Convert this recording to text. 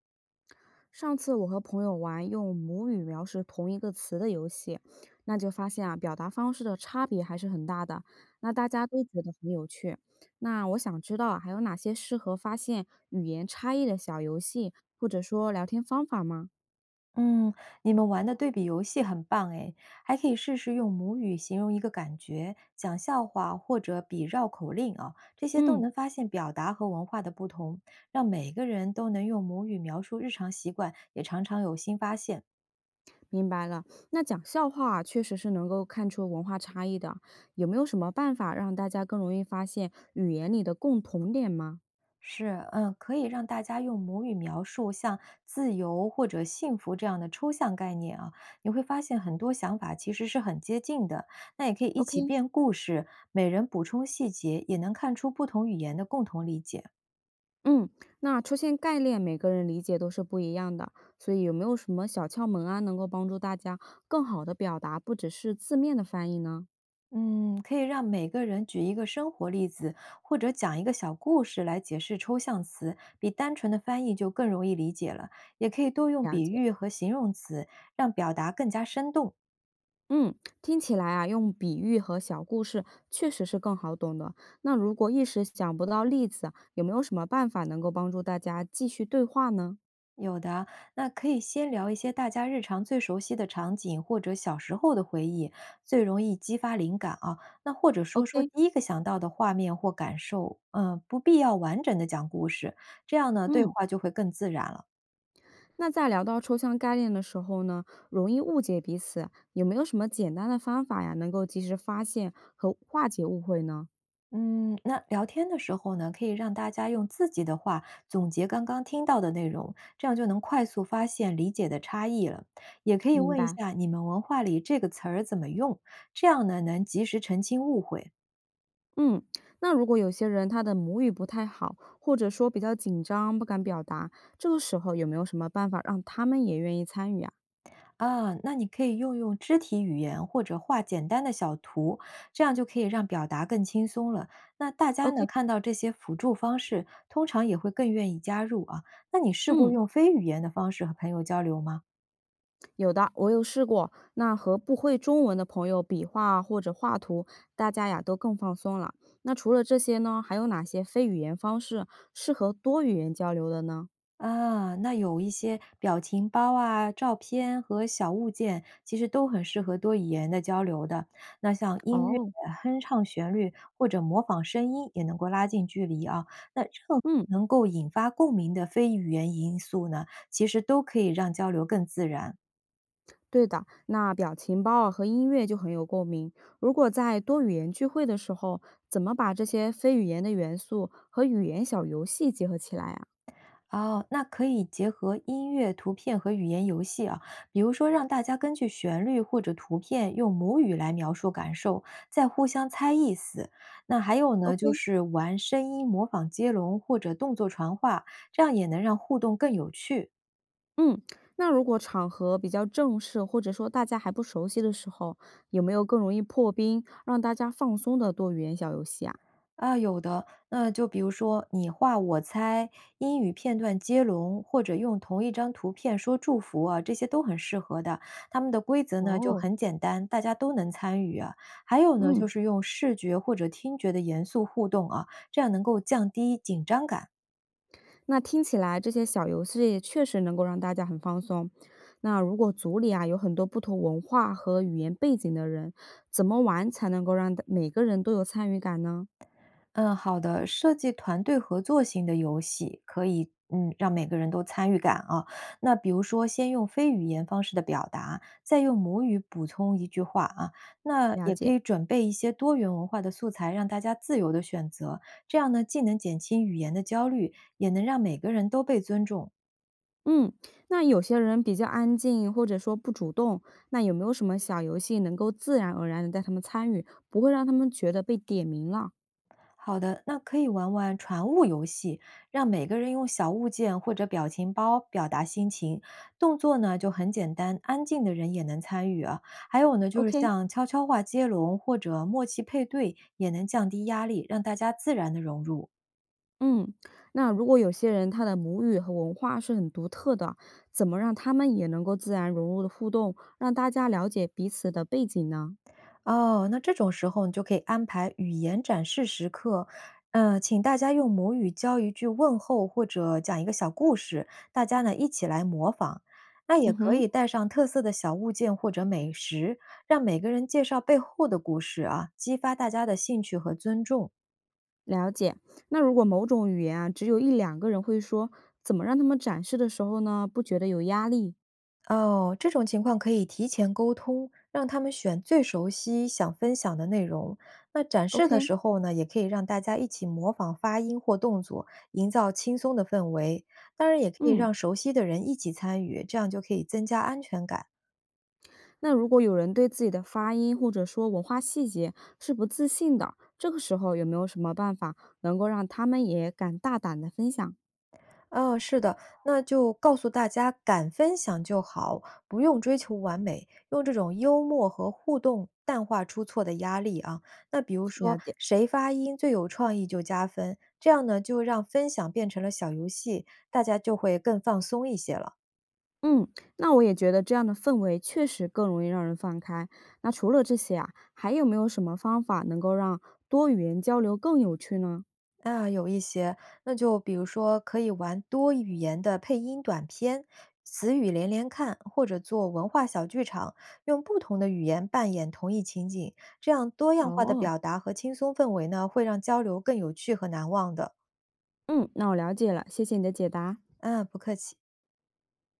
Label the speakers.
Speaker 1: 上次我和朋友玩用母语描述同一个词的游戏，那就发现啊，表达方式的差别还是很大的。那大家都觉得很有趣。那我想知道啊还有哪些适合发现语言差异的小游戏，或者说聊天方法吗？
Speaker 2: 嗯，你们玩的对比游戏很棒诶，还可以试试用母语形容一个感觉，讲笑话或者比绕口令啊，这些都
Speaker 1: 嗯，
Speaker 2: 能发现表达和文化的不同，让每个人都能用母语描述日常习惯，也常常有新发现。
Speaker 1: 明白了。那讲笑话啊确实是能够看出文化差异的。有没有什么办法让大家更容易发现语言里的共同点吗
Speaker 2: 是，嗯，可以让大家用母语描述像自由或者幸福这样的抽象概念啊，你会发现很多想法其实是很接近的。那也可以一起
Speaker 1: ？OK，
Speaker 2: 编故事，每人补充细节，也能看出不同语言的共同理解。
Speaker 1: 嗯，那出现概念，每个人理解都是不一样的，所以有没有什么小窍门啊，能够帮助大家更好的表达，不只是字面的翻译呢？
Speaker 2: 嗯，可以让每个人举一个生活例子，或者讲一个小故事来解释抽象词，比单纯的翻译就更容易理解了。也可以多用
Speaker 1: 了
Speaker 2: 比
Speaker 1: 解，
Speaker 2: 喻和形容词，让表达更加生动。
Speaker 1: 嗯，听起来啊，用比喻和小故事确实是更好懂的。那如果一时想不到例子，有没有什么办法能够帮助大家继续对话呢
Speaker 2: 有的啊，那可以先聊一些大家日常最熟悉的场景，或者小时候的回忆，最容易激发灵感啊。那或者说说
Speaker 1: ？OK，
Speaker 2: 第一个想到的画面或感受，嗯，不必要完整的讲故事，这样呢，对
Speaker 1: 嗯，
Speaker 2: 话就会更自然了。
Speaker 1: 那在聊到抽象概念的时候呢，容易误解彼此，有没有什么简单的方法呀，能够及时发现和化解误会呢？
Speaker 2: 嗯，那聊天的时候呢，可以让大家用自己的话总结刚刚听到的内容，这样就能快速发现理解的差异了。也可以
Speaker 1: 明
Speaker 2: 问一
Speaker 1: 白。
Speaker 2: 下你们文化里这个词儿怎么用，这样呢，能及时澄清误会。
Speaker 1: 嗯，那如果有些人他的母语不太好，或者说比较紧张，不敢表达，这个时候有没有什么办法让他们也愿意参与啊
Speaker 2: 啊，那你可以用肢体语言或者画简单的小图，这样就可以让表达更轻松了。那大家
Speaker 1: ？OK，
Speaker 2: 呢，看到这些辅助方式，通常也会更愿意加入啊。那你试过
Speaker 1: 嗯，
Speaker 2: 用非语言的方式和朋友交流吗？
Speaker 1: 有的，我有试过。那和不会中文的朋友比划或者画图，大家呀都更放松了。那除了这些呢，还有哪些非语言方式适合多语言交流的呢？
Speaker 2: 啊，那有一些表情包啊、照片和小物件，其实都很适合多语言的交流的。那像音乐、
Speaker 1: 哦，
Speaker 2: 哼唱旋律或者模仿声音，也能够拉近距离啊。那任何
Speaker 1: 嗯。
Speaker 2: 能够引发共鸣的非语言因素呢，其实都可以让交流更自然。
Speaker 1: 对的，那表情包啊和音乐就很有共鸣。如果在多语言聚会的时候，怎么把这些非语言的元素和语言小游戏结合起来啊
Speaker 2: 哦，那可以结合音乐、图片和语言游戏啊，比如说让大家根据旋律或者图片用母语来描述感受，再互相猜意思。那还有呢，就
Speaker 1: ？OK，
Speaker 2: 是玩声音模仿接龙或者动作传话，这样也能让互动更有趣。
Speaker 1: 嗯，那如果场合比较正式，或者说大家还不熟悉的时候，有没有更容易破冰、让大家放松的多语言小游戏啊？
Speaker 2: 啊，有的。那就比如说，你画我猜、英语片段接龙，或者用同一张图片说祝福啊，这些都很适合的。他们的规则呢就
Speaker 1: 哦，
Speaker 2: 很简单，大家都能参与啊。还有呢，就
Speaker 1: 嗯，
Speaker 2: 是用视觉或者听觉的严肃互动啊，这样能够降低紧张感。
Speaker 1: 那听起来这些小游戏确实能够让大家很放松。那如果组里啊有很多不同文化和语言背景的人，怎么玩才能够让每个人都有参与感呢？
Speaker 2: 嗯，好的。设计团队合作型的游戏，可以让每个人都参与感啊。那比如说，先用非语言方式的表达，再用母语补充一句话啊。那
Speaker 1: 了
Speaker 2: 也可
Speaker 1: 解，
Speaker 2: 以准备一些多元文化的素材，让大家自由的选择。这样呢，既能减轻语言的焦虑，也能让每个人都被尊重。
Speaker 1: 嗯，那有些人比较安静或者说不主动，那有没有什么小游戏能够自然而然的带他们参与，不会让他们觉得被点名了
Speaker 2: 好的，那可以玩玩传物游戏，让每个人用小物件或者表情包表达心情，动作呢就很简单，安静的人也能参与啊。还有呢，就是
Speaker 1: ？OK，
Speaker 2: 像悄悄话接龙或者默契配对，也能降低压力，让大家自然的融入。
Speaker 1: 嗯，那如果有些人他的母语和文化是很独特的，怎么让他们也能够自然融入的互动，让大家了解彼此的背景呢？
Speaker 2: 哦，那这种时候你就可以安排语言展示时刻，请大家用母语教一句问候或者讲一个小故事，大家呢一起来模仿。那也
Speaker 1: 嗯
Speaker 2: 可
Speaker 1: 哼，
Speaker 2: 以带上特色的小物件或者美食，让每个人介绍背后的故事啊，激发大家的兴趣和尊重。
Speaker 1: 了解。那如果某种语言啊，只有一两个人会说，怎么让他们展示的时候呢，不觉得有压力
Speaker 2: 哦，这种情况可以提前沟通，让他们选最熟悉、想分享的内容。那展示的
Speaker 1: ？OK，
Speaker 2: 时候呢，也可以让大家一起模仿发音或动作，营造轻松的氛围。当然，也可以
Speaker 1: 嗯，
Speaker 2: 让熟悉的人一起参与，这样就可以增加安全感。
Speaker 1: 那如果有人对自己的发音或者说文化细节是不自信的，这个时候有没有什么办法能够让他们也敢大胆的分享？
Speaker 2: 嗯，是的，那就告诉大家敢分享就好，不用追求完美，用这种幽默和互动淡化出错的压力啊。那比如
Speaker 1: 了
Speaker 2: 说，
Speaker 1: 解。
Speaker 2: 谁发音最有创意就加分，这样呢，就让分享变成了小游戏，大家就会更放松一些了。
Speaker 1: 嗯，那我也觉得这样的氛围确实更容易让人放开。那除了这些啊，还有没有什么方法能够让多语言交流更有趣呢？
Speaker 2: 啊，有一些，那就比如说可以玩多语言的配音短片、词语连连看，或者做文化小剧场，用不同的语言扮演同一情景，这样多样化的
Speaker 1: 哦，
Speaker 2: 表达和轻松氛围呢，会让交流更有趣和难忘的。
Speaker 1: 嗯，那我了解了，谢谢你的解答。
Speaker 2: 啊，不客气。